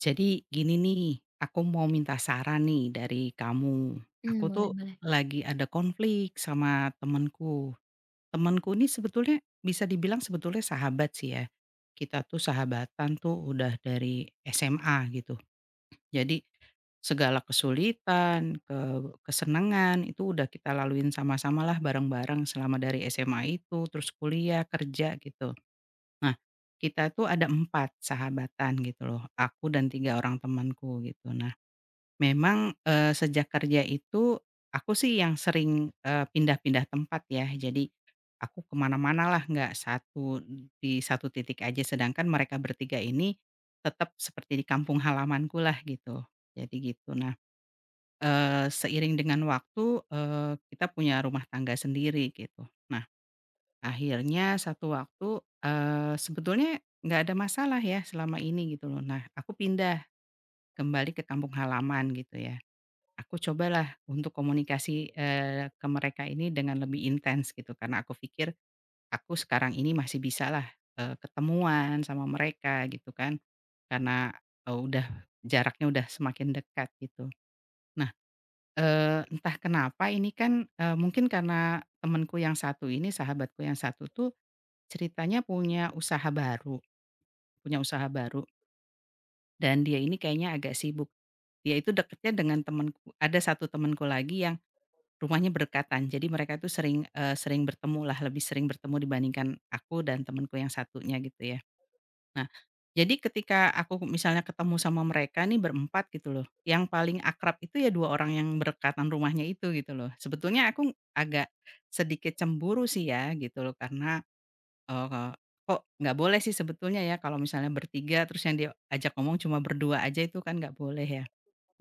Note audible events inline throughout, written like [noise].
Jadi gini nih, aku mau minta saran nih dari kamu. Hmm, Aku boleh tuh boleh. lagi ada konflik sama temenku. Temenku ini sebetulnya bisa dibilang sebetulnya sahabat sih ya. Kita tuh sahabatan tuh udah dari SMA gitu. Jadi segala kesulitan, kesenangan itu udah kita laluin sama sama lah, bareng-bareng selama dari SMA itu, terus kuliah, kerja gitu. Nah, kita tuh ada 4 sahabatan gitu loh, aku dan 3 orang temanku gitu. Nah, memang, sejak kerja itu aku sih yang sering, pindah-pindah tempat ya. Jadi aku kemana mana lah, nggak satu di satu titik aja, sedangkan mereka bertiga ini tetap seperti di kampung halamanku lah gitu, jadi gitu. Nah, seiring dengan waktu, kita punya rumah tangga sendiri gitu. Nah, akhirnya satu waktu, sebetulnya nggak ada masalah ya selama ini gitu loh. Nah, aku pindah kembali ke kampung halaman gitu ya. Aku cobalah untuk komunikasi, ke mereka ini dengan lebih intens gitu, karena aku pikir aku sekarang ini masih bisalah, ketemuan sama mereka gitu kan, karena, eee, udah jaraknya udah semakin dekat gitu. Nah, entah kenapa ini kan, mungkin karena temanku yang satu ini, sahabatku yang satu tuh ceritanya punya usaha baru punya usaha baru dan dia ini kayaknya agak sibuk. Dia itu deketnya dengan temanku, ada satu temanku lagi yang rumahnya berdekatan, jadi mereka itu sering bertemu lah, lebih sering bertemu dibandingkan aku dan temanku yang satunya gitu ya. Nah, jadi ketika aku misalnya ketemu sama mereka nih berempat gitu loh, yang paling akrab itu ya 2 orang yang berdekatan rumahnya itu gitu loh. Sebetulnya aku agak sedikit cemburu sih ya gitu loh karena, oh, Kak, kok nggak boleh sih sebetulnya ya kalau misalnya bertiga terus yang diajak ngomong cuma berdua aja itu kan nggak boleh ya.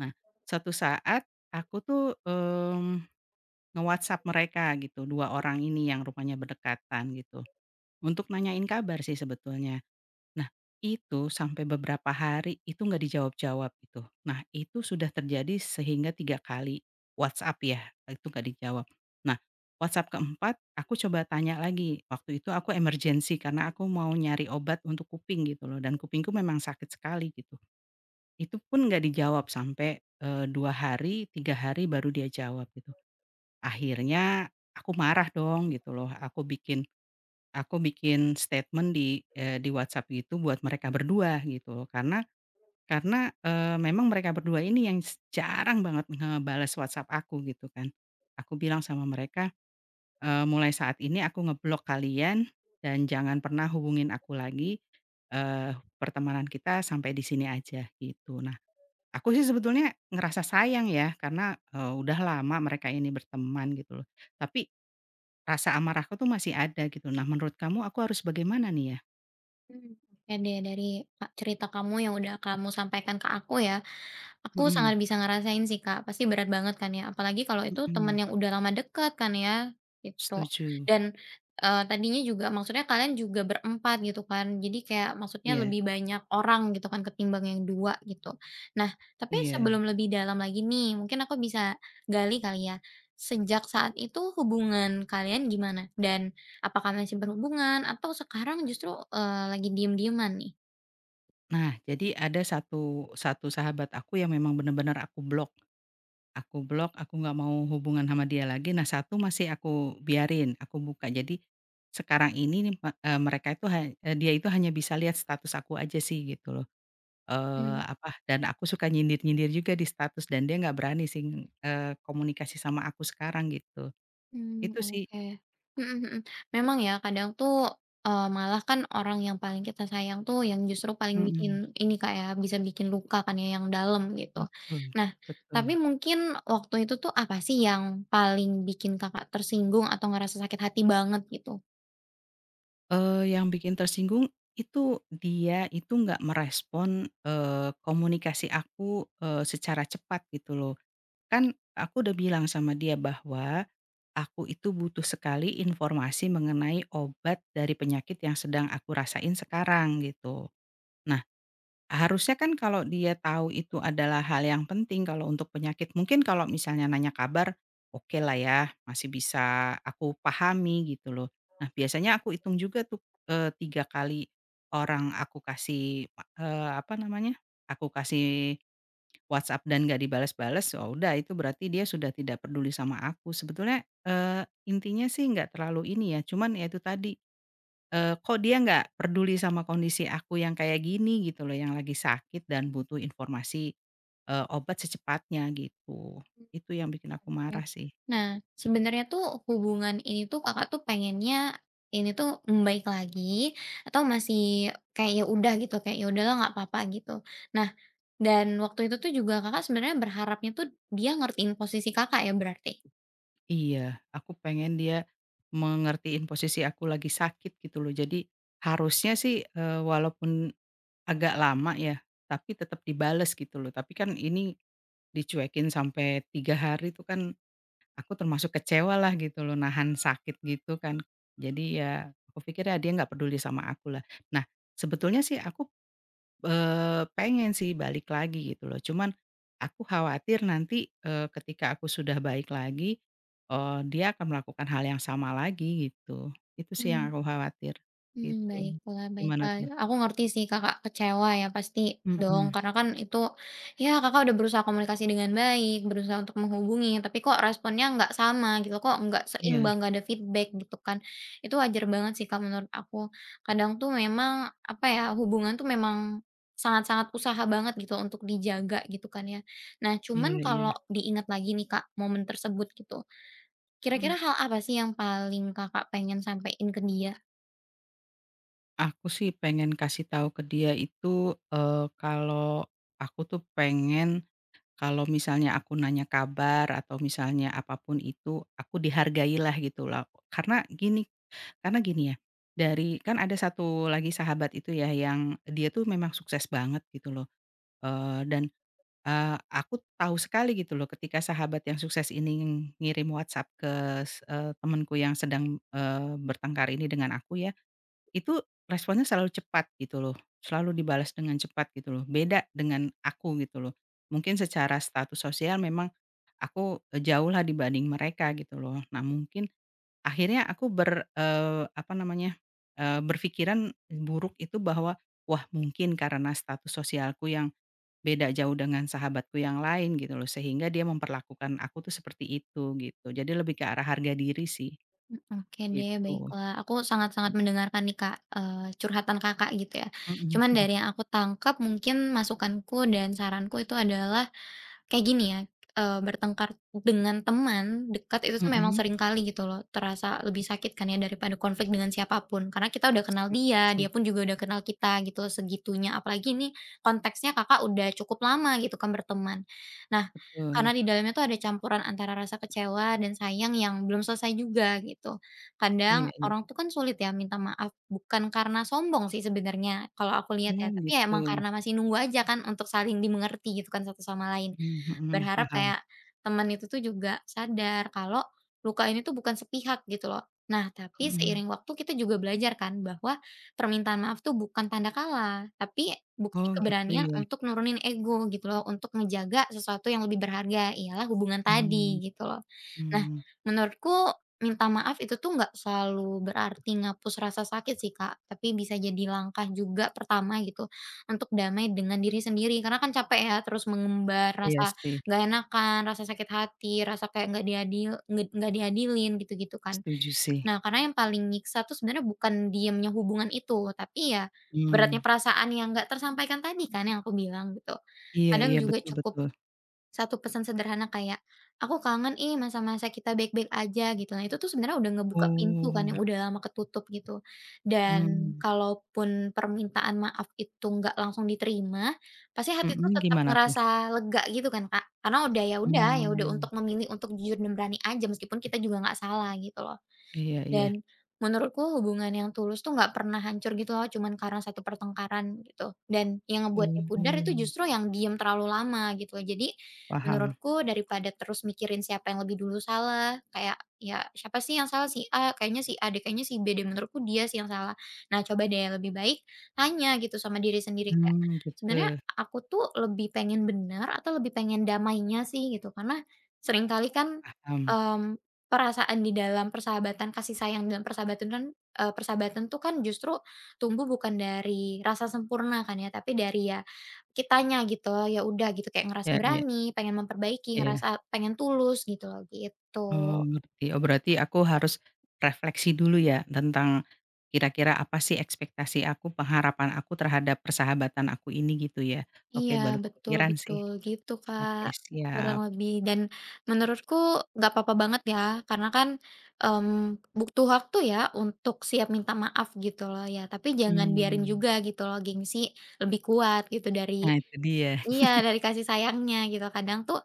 Nah, suatu saat aku tuh, nge-WhatsApp mereka gitu, 2 orang ini yang rupanya berdekatan gitu, untuk nanyain kabar sih sebetulnya. Nah, itu sampai beberapa hari itu nggak dijawab-jawab itu. Nah, itu sudah terjadi sehingga 3 kali WhatsApp ya, itu nggak dijawab. Nah, WhatsApp keempat aku coba tanya lagi, waktu itu aku emergency karena aku mau nyari obat untuk kuping gitu loh dan kupingku memang sakit sekali gitu. Itu pun nggak dijawab sampai, 2 hari, 3 hari baru dia jawab gitu. Akhirnya aku marah dong gitu loh, aku bikin statement di, WhatsApp gitu buat mereka berdua gitu loh. Karena memang mereka berdua ini yang jarang banget ngebales WhatsApp aku gitu kan. Aku bilang sama mereka, "Mulai saat ini aku ngeblok kalian dan jangan pernah hubungin aku lagi, eee, pertemanan kita sampai di sini aja," gitu. Nah, aku sih sebetulnya ngerasa sayang ya karena, udah lama mereka ini berteman gitu loh, tapi rasa amarahku tuh masih ada gitu. Nah, menurut kamu aku harus bagaimana nih ya? Mmm, oke deh dari, Kak, cerita kamu yang udah kamu sampaikan ke aku ya, aku sangat Mhm, bisa ngerasain sih, Kak, pasti berat banget kan ya, apalagi kalau itu teman mhm. yang udah lama dekat kan ya, gitu. Setuju. Dan, tadinya juga maksudnya kalian juga berempat gitu kan, jadi kayak maksudnya Iya, lebih banyak orang gitu kan ketimbang yang 2 gitu. Nah, tapi iya. sebelum lebih dalam lagi nih, mungkin aku bisa gali kali ya, sejak saat itu hubungan kalian gimana? Dan apakah masih berhubungan atau sekarang justru, lagi diem-dieman nih? Nah, jadi ada satu satu sahabat aku yang memang bener-bener aku blok. Aku blok, aku nggak mau hubungan sama dia lagi. Nah, satu masih aku biarin, aku buka. Jadi sekarang ini nih, me eee, mereka itu ha eee, dia itu hanya bisa lihat status aku aja sih gitu loh, Mmm. apa, dan aku suka nyindir-nyindir juga di status dan dia nggak berani sih, komunikasi sama aku sekarang gitu. Mmm, Itu sih. oke. Mhm mhm. Memang ya kadang tuh, malah kan orang yang paling kita sayang tuh yang justru paling bikin Mhm. ini Kak ya, bisa bikin luka kan ya yang dalam gitu. Betul, Nah, tapi betul. mungkin waktu itu tuh apa sih yang paling bikin Kakak tersinggung atau ngerasa sakit hati banget gitu? Yang bikin tersinggung itu dia itu nggak merespon, komunikasi aku, secara cepat gitu loh. Kan aku udah bilang sama dia bahwa aku itu butuh sekali informasi mengenai obat dari penyakit yang sedang aku rasain sekarang gitu. Nah, harusnya kan kalau dia tahu itu adalah hal yang penting kalau untuk penyakit, mungkin kalau misalnya nanya kabar, oke lah ya, masih bisa aku pahami gitu loh. Nah, biasanya aku hitung juga tuh, 3 kali orang aku kasih, apa namanya, aku kasih WhatsApp dan nggak dibalas-balas, oh udah, itu berarti dia sudah tidak peduli sama aku. Sebetulnya, intinya sih nggak terlalu ini ya, cuman ya itu tadi. Kok dia nggak peduli sama kondisi aku yang kayak gini gitu loh, yang lagi sakit dan butuh informasi, obat secepatnya gitu. Itu yang bikin aku Oke. marah sih. Nah, sebenarnya tuh hubungan ini tuh Kakak tuh pengennya ini tuh membaik lagi atau masih kayak ya udah gitu, kayak ya udahlah nggak apa-apa gitu? Nah, dan waktu itu tuh juga Kakak sebenarnya berharapnya tuh dia ngertiin posisi Kakak ya berarti? Iya, aku pengen dia mengertiin posisi aku lagi sakit gitu loh. Jadi harusnya sih, walaupun agak lama ya, tapi tetap dibales gitu loh. Tapi kan ini dicuekin sampai 3 hari itu kan. Aku termasuk kecewalah gitu loh, nahan sakit gitu kan. Jadi ya aku pikir ya dia nggak peduli sama aku lah. Nah, sebetulnya sih aku, pengen sih balik lagi gitu loh, cuman aku khawatir nanti, ketika aku sudah baik lagi, dia akan melakukan hal yang sama lagi gitu. Itu sih yang aku khawatir, Hmm, gitu. baiklah Gimana baiklah. tuh? Aku ngerti sih Kakak kecewa ya pasti dong, Mhm. karena kan itu ya Kakak udah berusaha komunikasi dengan baik, berusaha untuk menghubungi, tapi kok responnya nggak sama gitu, kok nggak Iya, seimbang, nggak ada feedback gitu kan. Itu wajar banget sih Kak menurut aku. Kadang tuh memang apa ya, hubungan tuh memang sangat-sangat usaha banget gitu untuk dijaga gitu kan ya. Nah cuman iya, iya. kalau diingat lagi nih Kak momen tersebut gitu, kira-kira Mhm. hal apa sih yang paling Kakak pengen sampein ke dia? Aku sih pengen kasih tahu ke dia itu, kalau aku tuh pengen Kalau misalnya aku nanya kabar atau misalnya apapun itu, aku dihargailah gitu loh. Karena gini, ya, dari kan ada satu lagi sahabat itu ya yang dia tuh memang sukses banget gitu loh, eee, dan, aku tahu sekali gitu loh ketika sahabat yang sukses ini ngirim WhatsApp ke temenku yang sedang, bertengkar ini dengan aku ya, itu responnya selalu cepat gitu loh, selalu dibalas dengan cepat gitu loh, beda dengan aku gitu loh. Mungkin secara status sosial memang aku, eh, jauh lah dibanding mereka gitu loh. Nah, mungkin akhirnya aku eee, apa namanya, berpikiran buruk itu bahwa, wah, mungkin karena status sosialku yang beda jauh dengan sahabatku yang lain gitu loh, sehingga dia memperlakukan aku tuh seperti itu gitu. Jadi lebih ke arah harga diri sih, Oke deh, gitu. baiklah. Aku sangat-sangat mendengarkan nih Kak, curhatan Kakak gitu ya. Mhm, Cuman mhm. dari yang aku tangkap mungkin masukanku dan saranku itu adalah kayak gini ya, bertengkar dengan teman dekat itu tuh memang Mhm. [laughs] sering kali gitu loh, terasa lebih sakit kan ya daripada konflik dengan siapa pun. Karena kita udah kenal Sepakat dia, dia sih. pun juga udah kenal kita gitu loh segitunya. Apalagi ini konteksnya Kakak udah cukup lama gitu kan berteman. Nah, Betul. karena di dalamnya tuh ada campuran antara rasa kecewa dan sayang yang belum selesai juga gitu. Iya, Kadang iya. orang tuh kan sulit ya minta maaf, bukan karena sombong sih sebenarnya kalau aku lihat Oh ya, tapi ya gitu. emang karena masih nunggu aja kan untuk saling dimengerti gitu kan satu sama lain Mhm, mhm. berharap Paham. kayak teman itu tuh juga sadar kalau luka ini tuh bukan sepihak gitu loh. Nah, tapi Mhm. seiring waktu kita juga belajar kan bahwa permintaan maaf tuh bukan tanda kalah, tapi bukti Oh gitu keberanian ya. untuk nurunin ego gitu loh, untuk ngejaga sesuatu yang lebih berharga, ialah hubungan Mmm, tadi gitu loh. Nah, mmm. menurutku minta maaf itu tuh nggak selalu berarti ngapus rasa sakit sih Kak, tapi bisa jadi langkah juga pertama gitu untuk damai dengan diri sendiri. Karena kan capek ya terus mengembar Iya rasa sih. nggak enakan, rasa sakit hati, rasa kayak nggak diadil nggak diadilin gitu-gitu kan. Setuju sih. Nah, karena yang paling nyiksa tuh sebenarnya bukan diemnya hubungan itu, tapi ya Mmm, beratnya perasaan yang nggak tersampaikan tadi kan yang aku bilang gitu. iya, Kadang iya, juga betul, cukup betul. satu pesan sederhana kayak, "Aku kangen ih masa-masa kita baik-baik aja," gitu. Nah, itu tuh sebenarnya udah ngebuka pintu kan Oh, yang udah lama ketutup gitu. Dan mmm, kalaupun permintaan maaf itu nggak langsung diterima, pasti hati tuh mhm, tetap gimana tuh? ngerasa lega gitu kan, Kak. Karena udah ya udah ya udah Mmm, untuk memilih untuk jujur dan berani aja meskipun kita juga nggak salah gitu loh. iya, iya. Dan menurutku hubungan yang tulus tuh nggak pernah hancur gitu loh cuman karena satu pertengkaran gitu, dan yang ngebuatnya pudar itu Oh, justru yang diem terlalu lama gitu. Jadi paham. menurutku daripada terus mikirin siapa yang lebih dulu salah, kayak ya siapa sih yang salah, si A, kayaknya si A deh, kayaknya si B deh, menurutku dia sih yang salah. Nah coba deh lebih baik tanya gitu sama diri sendiri kayak, "Sebenarnya Gitu, aku tuh lebih pengen bener atau lebih pengen damainya sih?" Gitu. Karena seringkali kan, paham. mmm perasaan di dalam persahabatan, kasih sayang di dalam persahabatan kan persahabatan tuh kan justru tumbuh bukan dari rasa sempurna kan ya, tapi dari ya kitanya gitu, ya udah gitu kayak ngerasa Iya, iya, berani, pengen memperbaiki, iya. ngerasa pengen tulus gitu loh, gitu. Oh, ngerti. Oh, berarti aku harus refleksi dulu ya tentang kira-kira apa sih ekspektasi aku, pengharapan aku terhadap persahabatan aku ini gitu ya? Iya, Oke, baru betul kepikiran sih. betul, gitu Kak, Oke, kurang siap. lebih. Dan menurutku nggak apa-apa banget ya, karena kan, mmm, butuh waktu ya untuk siap minta maaf gitu loh ya, tapi jangan biarin Mmm, juga gitu loh gengsi lebih kuat gitu dari nah itu dia. iya, dari kasih sayangnya gitu. Kadang tuh,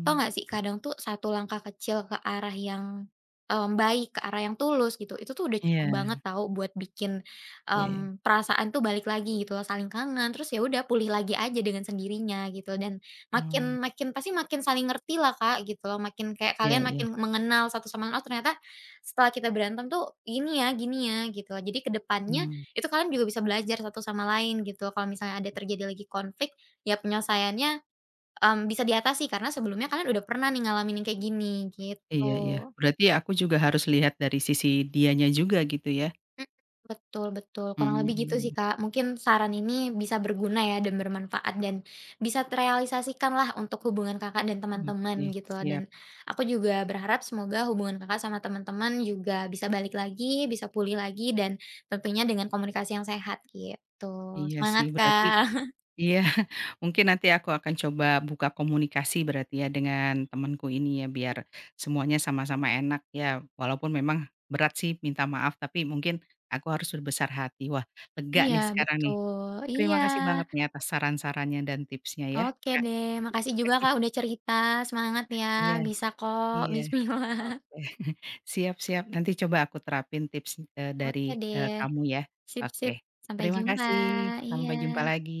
tau nggak sih kadang tuh satu langkah kecil ke arah yang, baik, ke arah yang tulus gitu, itu tuh udah cukup banget iya, tau buat bikin, oke. Perasaan tuh balik lagi gitu loh, saling kangen, terus ya udah pulih lagi aja dengan sendirinya gitu dan Mmm, makin makin pasti makin saling ngerti lah, Kak, gitu loh, makin kayak iya, kalian iya, makin mengenal satu sama lain, "Oh ternyata setelah kita berantem tuh gini ya," gitu loh. Jadi kedepannya mhm, itu kalian juga bisa belajar satu sama lain gitu, loh. Kalau misalnya ada terjadi lagi konflik, ya penyelesaiannya bisa diatasi karena sebelumnya kalian udah pernah nih ngalamin yang kayak gini, gitu. iya, iya, berarti aku juga harus lihat dari sisi dianya juga gitu ya? Mhm, betul betul, kurang lebih gitu sih, Mmm, Kak. Mungkin saran ini bisa berguna ya dan bermanfaat dan bisa terrealisasikanlah untuk hubungan Kakak dan teman-teman oke, gitu loh, dan siap. aku juga berharap semoga hubungan Kakak sama teman-teman juga bisa balik lagi, bisa pulih lagi dan tentunya dengan komunikasi yang sehat gitu. Iya sih, Semangat, berarti Kak. iya, [laughs] mungkin nanti aku akan coba buka komunikasi berarti ya dengan temanku ini ya, biar semuanya sama-sama enak ya, walaupun memang berat sih minta maaf, tapi mungkin aku harus berbesar hati. Wah, lega Iya, nih sekarang nih. betul. Terima Iya. kasih banget nih atas saran-sarannya dan tipsnya ya, Oke Kak. deh, makasih juga Kak udah cerita, semangat ya, Iya, bisa kok, iya. bismillah. Oke. [laughs] Siap, siap, nanti coba aku terapin tips, [laughs] dari, Oke deh, kamu ya. sip Oke. sip, sampai Terima jumpa, kasih, iya. sampai jumpa lagi.